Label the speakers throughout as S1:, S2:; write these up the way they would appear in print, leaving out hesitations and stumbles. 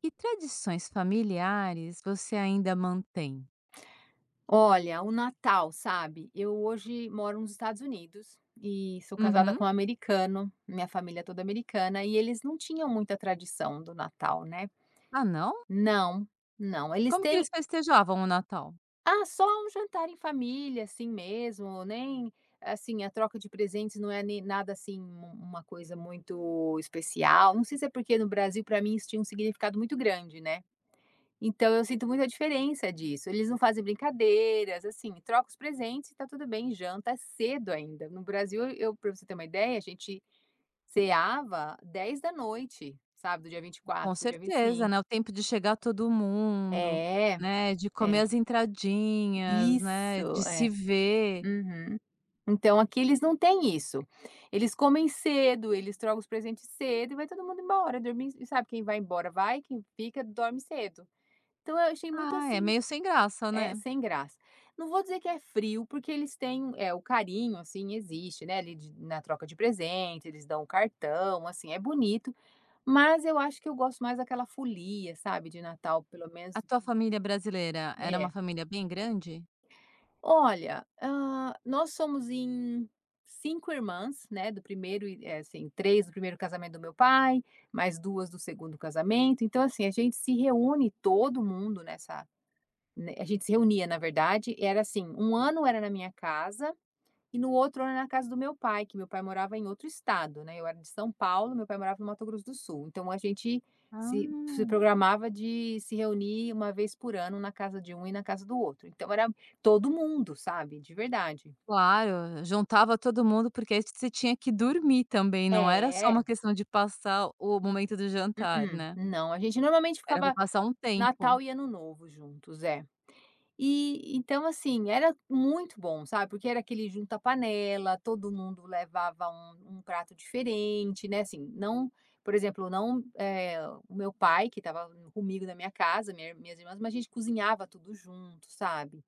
S1: Que tradições familiares você ainda mantém?
S2: Olha, o Natal, sabe, eu hoje moro nos Estados Unidos e sou casada
S1: Uhum.
S2: com um americano, minha família é toda americana, e eles não tinham muita tradição do Natal, né.
S1: Ah, não?
S2: Não, não, eles
S1: Como que
S2: têm
S1: eles festejavam o Natal?
S2: ah, só um jantar em família, assim mesmo, nem assim, a troca de presentes não é nem nada assim, uma coisa muito especial, não sei se é porque no Brasil, para mim, isso tinha um significado muito grande, né. Então eu sinto muita diferença disso. Eles não fazem brincadeiras, assim, troca os presentes e tá tudo bem, janta cedo ainda. No Brasil, eu, para você ter uma ideia, a gente ceava 10 da noite, sabe, do dia vinte e
S1: Com
S2: quatro pro dia vinte e
S1: certeza, né,
S2: cinco.
S1: o tempo de chegar todo mundo,
S2: É,
S1: né, de comer
S2: é.
S1: as entradinhas, né,
S2: Isso,
S1: de
S2: é.
S1: se ver.
S2: Uhum. Então aqui eles não têm isso. Eles comem cedo, eles trocam os presentes cedo e vai todo mundo embora, dormir, sabe, quem vai embora vai, quem fica dorme cedo. Então eu achei muito
S1: Ah, é
S2: assim
S1: meio sem graça,
S2: é
S1: né.
S2: sem graça. Não vou dizer que é frio, porque eles têm, o carinho, assim, existe, né, ali de na troca de presente, eles dão um cartão, assim, é bonito, mas eu acho que eu gosto mais daquela folia, sabe, de Natal, pelo menos
S1: A tua família brasileira era uma
S2: é.
S1: família bem grande?
S2: Olha, nós somos em 5 irmãs, né, do primeiro e assim, 3 do primeiro casamento do meu pai, mais 2 do segundo casamento, então, assim, a gente se reúne todo mundo nessa ne a gente se reunia, na verdade, era assim, um ano era na minha casa, e no outro ano era na casa do meu pai, que meu pai morava em outro estado, né, eu era de São Paulo, meu pai morava no Mato Grosso do Sul, então a gente se
S1: Ah,
S2: programava de se reunir uma vez por ano na casa de um e na casa do outro, então era todo mundo, sabe, de verdade.
S1: claro, juntava todo mundo, porque aí você tinha que dormir também, não era só uma
S2: É,
S1: questão de passar o momento do jantar,
S2: mm-mm,
S1: né.
S2: não, a gente normalmente
S1: Era para
S2: ficava
S1: passar um tempo.
S2: Natal e Ano Novo juntos, é. E então, assim, era muito bom, sabe, porque era aquele junta-panela, todo mundo levava um prato diferente, né, assim, não por exemplo, não, o meu pai que estava comigo na minha casa, minhas irmãs, mas a gente cozinhava tudo junto, sabe.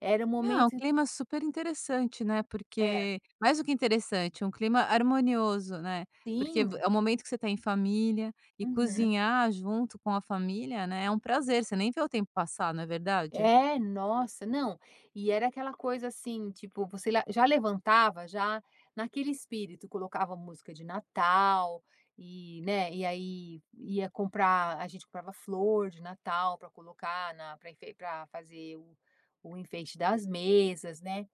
S2: Era um
S1: Não, é um
S2: momento
S1: clima super interessante, né,
S2: é,
S1: porque mais do que interessante, é um clima harmonioso, né, porque v
S2: sim,
S1: é o momento que você está em família e
S2: uhum.
S1: cozinhar junto com a família, né, é um prazer, você nem vê o tempo passar, não é verdade?
S2: É, nossa, não. E era aquela coisa assim, tipo, você la já levantava, já naquele espírito, colocava música de Natal e, né, e aí ia comprar a gente comprava flor de Natal para colocar na pra enfe fazer o enfeite das mesas, né.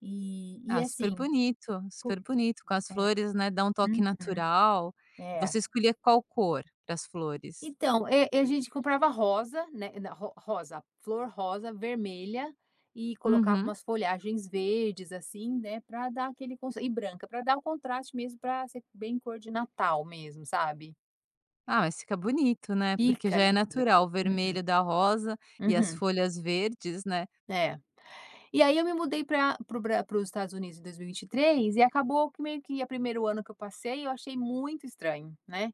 S2: E
S1: Ah,
S2: assim po
S1: super bonito, com as
S2: é.
S1: flores, né, dá um toque
S2: Uhum.
S1: natural.
S2: É.
S1: Você escolhia qual cor para as flores?
S2: Então, a gente comprava rosa, né, na ro rosa, flor rosa, vermelha e colocava
S1: Uhum.
S2: umas folhagens verdes, assim, né, pra dar aquele cons e branca, pra dar o contraste mesmo, pra ser bem cor de Natal mesmo, sabe.
S1: Ah, mas fica bonito, né, porque
S2: Fica
S1: já é
S2: linda.
S1: natural, o
S2: Uhum,
S1: vermelho da rosa e as
S2: uhum,
S1: folhas verdes, né.
S2: é. E aí eu me mudei para para os Estados Unidos em 2023 e vinte e três e acabou que meio que o primeiro ano que eu passei, eu achei muito estranho, né.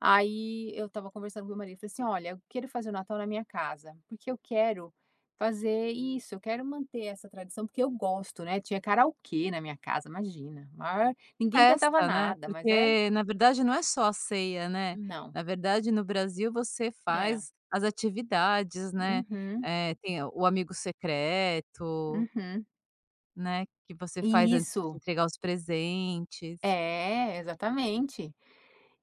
S2: Aí eu estava conversando com meu marido, falei assim: "Olha, eu quero fazer o Natal na minha casa, porque eu quero fazer isso, eu quero manter essa tradição, porque eu gosto, né". Tinha karaokê na minha casa, imagina, maior ninguém cantava
S1: Festa, né,
S2: nada, mas é
S1: porque na verdade não é só a ceia, né,
S2: não,
S1: na verdade no Brasil você
S2: é.
S1: faz as atividades, né,
S2: Uhum,
S1: tem o amigo secreto,
S2: uhum.
S1: né, que você faz
S2: E
S1: antes de
S2: isso.
S1: entregar os presentes.
S2: É, exatamente.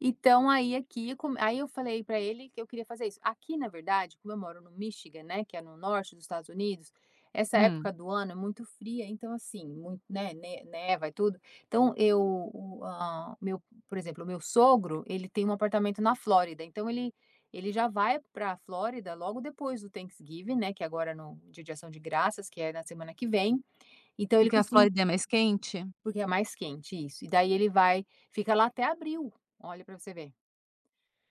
S2: Então aí aqui com aí eu falei pra ele que eu queria fazer isso. Aqui, na verdade, como eu moro no Michigan, né, que é no norte dos Estados Unidos, essa época
S1: Hum.
S2: do ano é muito fria, então assim, muito, né, ne neva e tudo. Então eu o ah, meu por exemplo, o meu sogro, ele tem um apartamento na Flórida, então ele ele já vai pra Flórida logo depois do Thanksgiving, né, que é agora no Dia de Ação de Graças, que é na semana que vem. Então ele
S1: Porque a
S2: costuma
S1: Flórida é mais quente?
S2: porque é mais quente, isso. E daí ele vai fica lá até abril, olha pra você ver.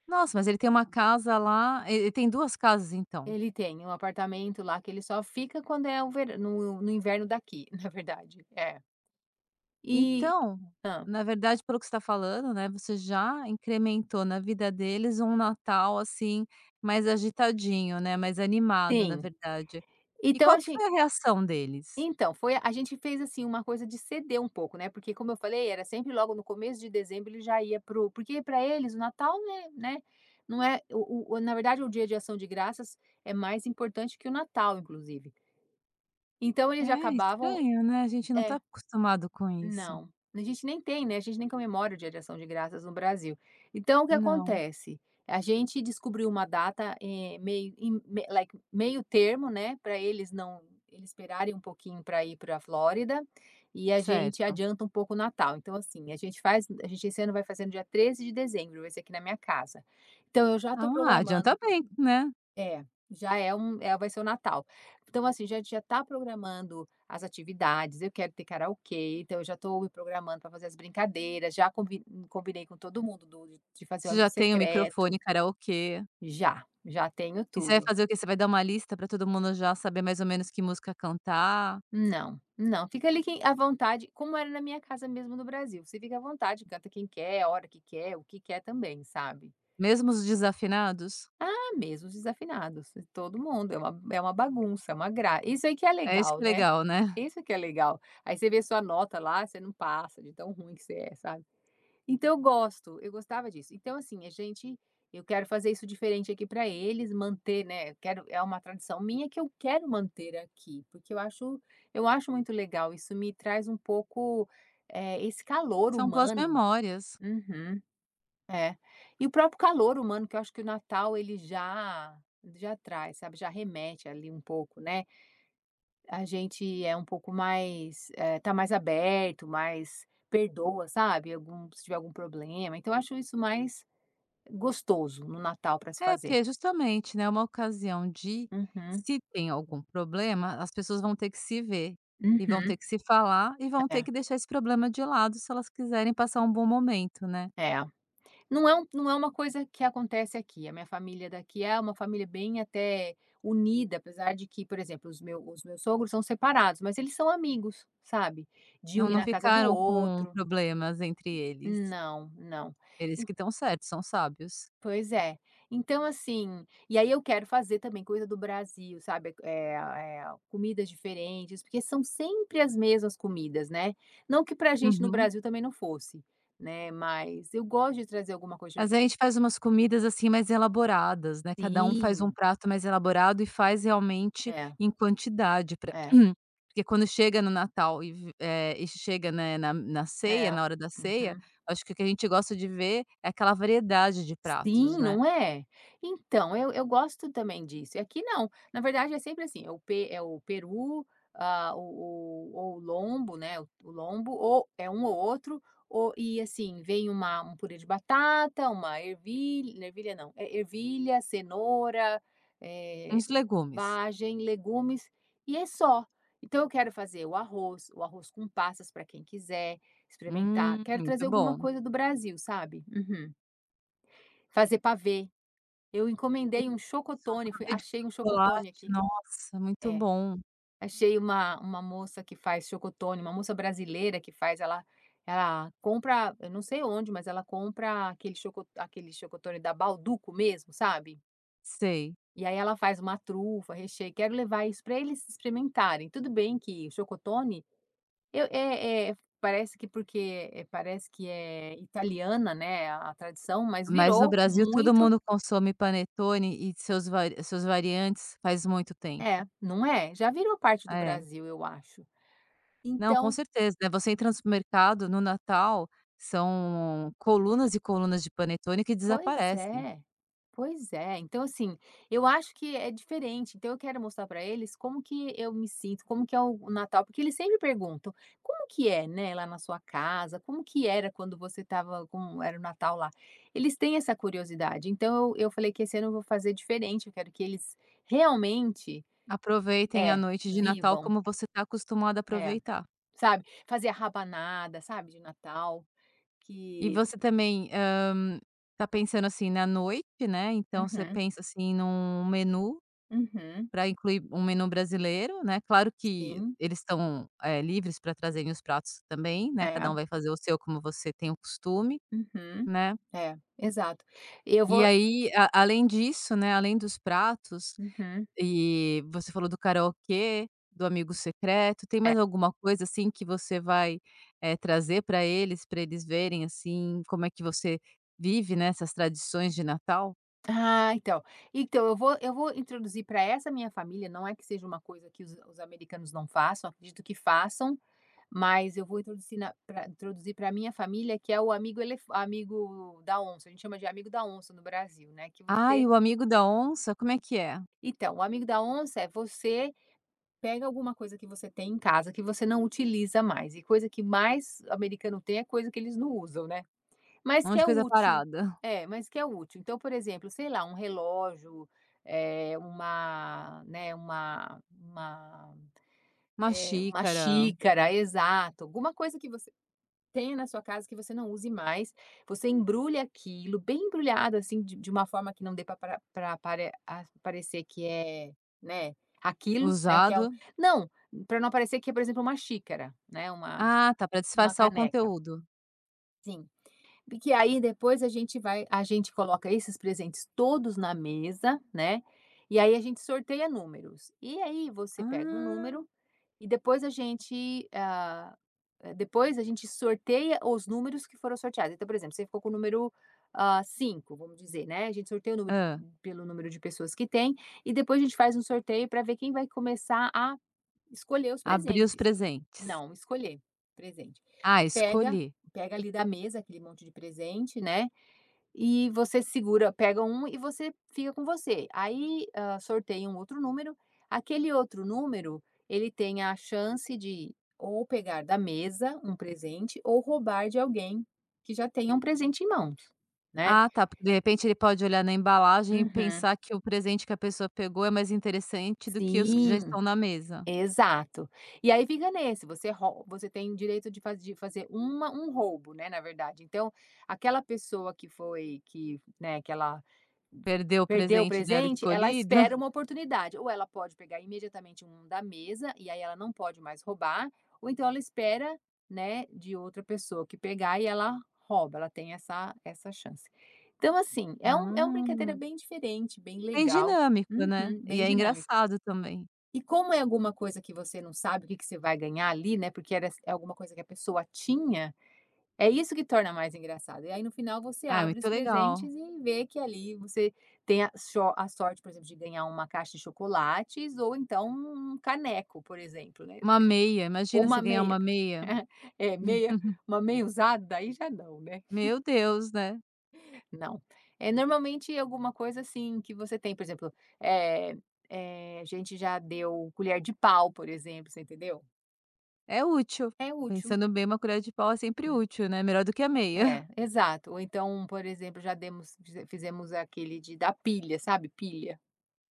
S1: Nossa, mas ele tem uma casa lá ele tem 2 casas então?
S2: Ele tem um apartamento lá que ele só fica quando é o ver no no inverno daqui, na verdade, é. E
S1: Então,
S2: hã,
S1: na verdade, pelo que você está falando, né, você já incrementou na vida deles um Natal, assim, mais agitadinho, né, mais animado, na
S2: sim.
S1: verdade. E
S2: Então a
S1: qual que
S2: gente,
S1: foi a reação deles?
S2: então, foi a gente fez, assim, uma coisa de ceder um pouco, né, porque como eu falei, era sempre logo no começo de dezembro ele já ia para o porque para eles o Natal, né, não é o na verdade o Dia de Ação de Graças é mais importante que o Natal, inclusive. Então eles já
S1: É
S2: acabavam
S1: estranho, né, a gente não está
S2: é.
S1: acostumado com isso.
S2: Não, a gente nem tem, né, a gente nem comemora o Dia de Ação de Graças no Brasil. Então o que
S1: Não,
S2: acontece? A gente descobriu uma data, meio em me like, meio termo, né, para eles não eles esperarem um pouquinho para ir para a Flórida, e a gente
S1: certo.
S2: adianta um pouco o Natal. Então assim, a gente faz a gente esse ano vai fazer no dia 13 de dezembro, vai ser aqui na minha casa. Então eu já estou
S1: Ah,
S2: programando
S1: adianta bem, né.
S2: é, já é um é, vai ser o Natal. Então, assim, já tá programando as atividades, eu quero ter karaokê, então eu já tô me programando para fazer as brincadeiras, já combi combinei com todo mundo do de fazer o
S1: Você
S2: amigo
S1: já tem o
S2: secreto.
S1: microfone karaokê.
S2: Já, já tenho
S1: E você vai
S2: tudo.
S1: fazer o quê? Você vai dar uma lista para todo mundo já saber mais ou menos que música cantar,
S2: Não, não, fica ali quem à vontade, como era na minha casa mesmo no Brasil, você fica à vontade, canta quem quer, a hora que quer, o que quer também, sabe.
S1: mesmo os desafinados?
S2: Ah, mesmo os desafinados, todo mundo, é uma bagunça, é uma gra isso aí que é
S1: É isso que
S2: legal,
S1: é
S2: né.
S1: legal, né?
S2: Isso que é legal. Aí você vê sua nota lá, você não passa de tão ruim que você é, sabe. Então eu gosto, eu gostava disso. Então assim, a gente eu quero fazer isso diferente aqui para eles, manter, né, eu quero é uma tradição minha que eu quero manter aqui, porque eu acho muito legal, isso me traz um pouco, esse calor
S1: São boas
S2: humano.
S1: memórias.
S2: Uhum. É. E o próprio calor humano, que eu acho que o Natal ele já traz, sabe, já remete ali um pouco, né. A gente é um pouco mais, tá mais aberto, mais perdoa, sabe, algum se tiver algum problema, então eu acho isso mais gostoso no Natal para se
S1: É,
S2: fazer.
S1: porque justamente, né, é uma ocasião de
S2: Uhum,
S1: se tem algum problema, as pessoas vão ter que se ver, e vão
S2: uhum.
S1: ter que se falar, e vão ter
S2: É,
S1: que deixar esse problema de lado se elas quiserem passar um bom momento, né.
S2: é. Não é uma coisa que acontece aqui, a minha família daqui é uma família bem até unida, apesar de que, por exemplo, os meus sogros são separados, mas eles são amigos, sabe, de
S1: Não,
S2: um ir
S1: não
S2: na casa do
S1: ficaram com
S2: outro.
S1: problemas entre eles.
S2: Não, não.
S1: Eles
S2: En
S1: que estão certos, são sábios.
S2: pois é. Então assim, e aí eu quero fazer também coisa do Brasil, sabe, comidas diferentes, porque são sempre as mesmas comidas, né, não que pra gente no
S1: Uhum.
S2: Brasil também não fosse, né, mas eu gosto de trazer alguma coisa
S1: Mas a gente faz umas comidas, assim, mais elaboradas, né, cada um faz um
S2: sim,
S1: prato mais elaborado e faz realmente
S2: é.
S1: em quantidade pra
S2: É,
S1: porque quando chega no Natal e e chega, né, na ceia,
S2: é.
S1: na hora da ceia,
S2: Uhum.
S1: acho que o que a gente gosta de ver é aquela variedade de pratos,
S2: Sim,
S1: né.
S2: não é? Então, eu gosto também disso. E aqui não. Na verdade, é sempre assim, é o pe é o peru, ah, o ou o lombo, né, o lombo, ou é um ou outro, ou e assim, vem uma um purê de batata, uma ervilha ervilha não, é ervilha, cenoura, eh,
S1: Uns legumes.
S2: vagem, legumes, e é só. Então eu quero fazer o arroz com passas para quem quiser experimentar. Quero trazer
S1: Muito
S2: alguma
S1: bom.
S2: coisa do Brasil, sabe? Uhum. Fazer pavê. Eu encomendei um
S1: Isso, um
S2: chocotone, fui
S1: pavê de
S2: achei um chocotone
S1: chocolate,
S2: aqui.
S1: nossa, muito
S2: É,
S1: bom.
S2: achei uma moça que faz chocotone, uma moça brasileira que faz, ela ela compra, eu não sei onde, mas ela compra aquele choco aquele chocotone da Balduco mesmo, sabe.
S1: Sei.
S2: E aí ela faz uma trufa, recheio, quero levar isso para eles experimentarem. Tudo bem que o chocotone, eu é é parece que porque, parece que é italiana, né, a tradição, mas
S1: Mas no
S2: virou
S1: Brasil todo
S2: muito
S1: mundo consome panetone e seus variantes faz muito
S2: é,
S1: tempo.
S2: não é? Já virou parte do
S1: É.
S2: Brasil, eu acho.
S1: Não, com
S2: Então
S1: certeza, né, você entra no supermercado no Natal, são colunas e colunas de panetone que
S2: pois
S1: desaparecem.
S2: é, pois é. Então, assim, eu acho que é diferente, então eu quero mostrar para eles como que eu me sinto, como que é o Natal, porque eles sempre perguntam: "Como que é, né, lá na sua casa? Como que era quando você estava como era o Natal lá?". Eles têm essa curiosidade, então eu falei que esse ano eu vou fazer diferente, eu quero que eles realmente
S1: Aproveitem a
S2: é,
S1: noite de Natal
S2: vivam.
S1: como você está acostumado a
S2: É,
S1: aproveitar.
S2: sabe, fazer a rabanada, sabe, de Natal,
S1: E
S2: que
S1: você também, tá pensando, assim, na noite, né, então você
S2: uhum,
S1: pensa, assim, num menu
S2: uhum,
S1: pra incluir um menu brasileiro, né, claro que
S2: sim,
S1: eles estão, livres pra trazerem os pratos também, né, cada
S2: é.
S1: um vai fazer o seu como você tem o costume,
S2: Uhum.
S1: né.
S2: É, exato. Eu
S1: E
S2: vou
S1: aí, a além disso, né, além dos pratos,
S2: uhum,
S1: e você falou do karaokê, do amigo secreto, tem
S2: é.
S1: mais alguma coisa, assim, que você vai, trazer para eles verem, assim, como é que você vive, né, essas tradições de Natal?
S2: Ah, então. Então eu vou introduzir para essa minha família, não é que seja uma coisa que os americanos não façam, acredito que façam, mas eu vou introduzir para minha família, que é o amigo da onça, a gente chama de amigo da onça no Brasil, né, que
S1: Ah, e
S2: você
S1: o amigo da onça, como é que é?
S2: então, o amigo da onça é você pega alguma coisa que você tem em casa que você não utiliza mais, e coisa que mais americano tem é coisa que eles não usam, né. Mas
S1: Um
S2: que
S1: monte de
S2: é
S1: coisa
S2: útil.
S1: parada,
S2: É, mas que é útil. Então, por exemplo, sei lá, um relógio, uma, né,
S1: uma
S2: uma
S1: xícara,
S2: xícara, exato, alguma coisa que você tenha na sua casa que você não use mais, você embrulha aquilo bem embrulhado, assim, de uma forma que não dê para pra pra parecer que é, né, aquilo, né, que é o
S1: usado.
S2: não, para não parecer que é, por exemplo, uma xícara, né,
S1: Ah, tá, para
S2: uma
S1: disfarçar o
S2: caneca.
S1: conteúdo.
S2: Sim. E que aí depois a gente coloca esses presentes todos na mesa, né, e aí a gente sorteia números. E aí você pega um
S1: Ah.
S2: número e depois a gente, depois a gente sorteia os números que foram sorteados. Então, por exemplo, você ficou com o número, ah, 5, vamos dizer, né, a gente sorteia o número
S1: Hã.
S2: pelo número de pessoas que tem e depois a gente faz um sorteio para ver quem vai começar a escolher os
S1: Abrir os
S2: presentes.
S1: presentes.
S2: Não, escolher presente.
S1: Ah,
S2: Pega,
S1: escolher.
S2: pega ali da mesa aquele monte de presente, né, e você segura pega um e você fica com você. Aí, hã, sorteia um outro número, aquele outro número, ele tem a chance de ou pegar da mesa um presente ou roubar de alguém que já tenha um presente em mãos, né.
S1: Ah tá, porque de repente ele pode olhar na embalagem e
S2: Uhum.
S1: pensar que o presente que a pessoa pegou é mais interessante do que os que já
S2: Sim,
S1: estão na mesa.
S2: exato. E aí fica nesse, você tem o direito de fazer uma um roubo, né, na verdade. Então, aquela pessoa que foi que, né, que ela
S1: Perdeu o
S2: perdeu o
S1: presente dela
S2: presente, ela
S1: escolhido?
S2: espera uma oportunidade. Ou ela pode pegar imediatamente um da mesa, e aí ela não pode mais roubar, ou então ela espera, né, de outra pessoa que pegar e ela rouba, ela tem essa chance. Então, assim, é é uma brincadeira
S1: Ah,
S2: bem diferente, bem
S1: bem
S2: legal.
S1: dinâmico, né.
S2: Uhum,
S1: E
S2: bem
S1: é
S2: dinâmico.
S1: engraçado também.
S2: E como é alguma coisa que você não sabe o que que você vai ganhar ali, né, porque era é alguma coisa que a pessoa tinha, é isso que torna mais engraçado. E aí no final você
S1: Ah, é
S2: abre
S1: muito
S2: os
S1: legal.
S2: presentes e vê que ali você tem a só a sorte, por exemplo, de ganhar uma caixa de chocolates ou então um caneco, por exemplo, né.
S1: Uma meia,
S2: Ou
S1: imagina você
S2: uma
S1: ganhar
S2: meia.
S1: uma meia.
S2: É, meia uma meia usada, aí já não, né.
S1: Meu Deus, né.
S2: Não. É normalmente alguma coisa, assim, que você tem, por exemplo, eh a gente já deu colher de pau, por exemplo, você entendeu?
S1: É útil.
S2: É útil.
S1: Pensando bem, uma colher de pau é sempre útil, né, melhor do que a meia.
S2: É, exato. Ou então, por exemplo, já demos fize fizemos aquele de da pilha, sabe, pilha.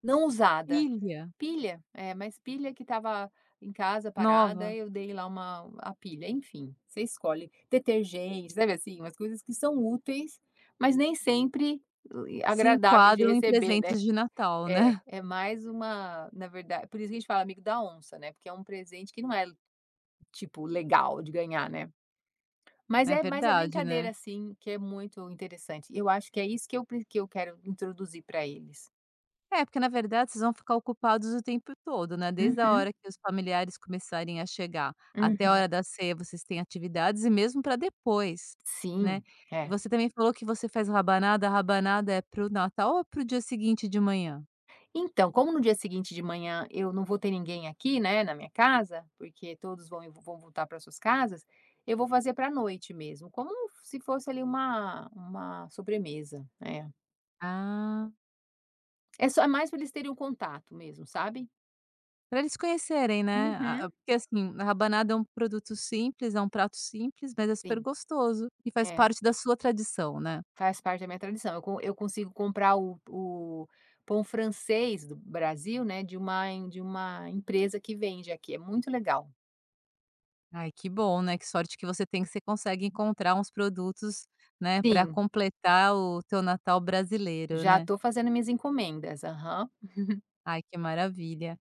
S2: Não usada.
S1: Pilha
S2: Pilha, é, mas pilha que estava em casa parada,
S1: nova,
S2: eu dei lá uma a pilha, enfim, você escolhe. Detergente, sabe assim, umas coisas que são úteis, mas nem sempre
S1: se
S2: agradáveis de
S1: enquadram em
S2: receber, né.
S1: presentes de Natal,
S2: É,
S1: né.
S2: é mais uma na verdade por isso que a gente fala amigo da onça, né, porque é um presente que não é, tipo, legal de ganhar, né.
S1: É
S2: Mas é
S1: verdade, né.
S2: brincadeira, assim, que é muito interessante. Eu acho que é isso que eu quero introduzir para eles.
S1: É, porque na verdade vocês vão ficar ocupados o tempo todo, né, desde a
S2: Uhum,
S1: hora que os familiares começarem a chegar até a
S2: uhum.
S1: hora da ceia vocês têm atividades e mesmo para depois, né.
S2: Sim,
S1: E
S2: é.
S1: você também falou que você faz rabanada, a rabanada é para o Natal ou para o dia seguinte de manhã?
S2: Então, como no dia seguinte de manhã eu não vou ter ninguém aqui, né, na minha casa, porque todos vão voltar para suas casas, eu vou fazer pra noite mesmo, como se fosse ali uma sobremesa, é.
S1: Ah,
S2: É só é mais para eles terem um contato mesmo, sabe.
S1: para eles conhecerem, né, a
S2: Uhum,
S1: a porque assim, a rabanada é um produto simples, é um prato simples, mas é super
S2: sim,
S1: gostoso e faz
S2: é.
S1: parte da sua tradição, né.
S2: Faz parte da minha tradição. Eu consigo comprar o pão francês do Brasil, né, de uma empresa que vende aqui, é muito legal.
S1: Ai, que bom, né, que sorte que você tem que você consegue encontrar uns produtos, né, para
S2: Sim,
S1: completar o teu Natal brasileiro,
S2: já
S1: né.
S2: estou fazendo minhas encomendas. Aham.
S1: Ai, que maravilha.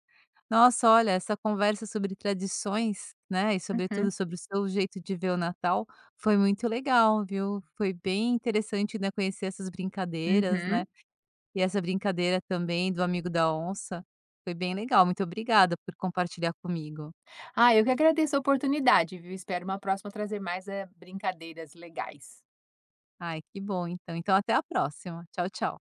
S1: Nossa, olha, essa conversa sobre tradições, né, e
S2: Uhum.
S1: sobretudo sobre o seu jeito de ver o Natal, foi muito legal, viu. Foi bem interessante, né, conhecer essas brincadeiras,
S2: Uhum.
S1: né, e essa brincadeira também do amigo da onça. Foi bem legal, muito obrigada por compartilhar comigo.
S2: Ah, eu que agradeço a oportunidade, viu. Espero uma próxima trazer mais, brincadeiras legais.
S1: Ai, que bom então. Então até a próxima. Tchau, tchau.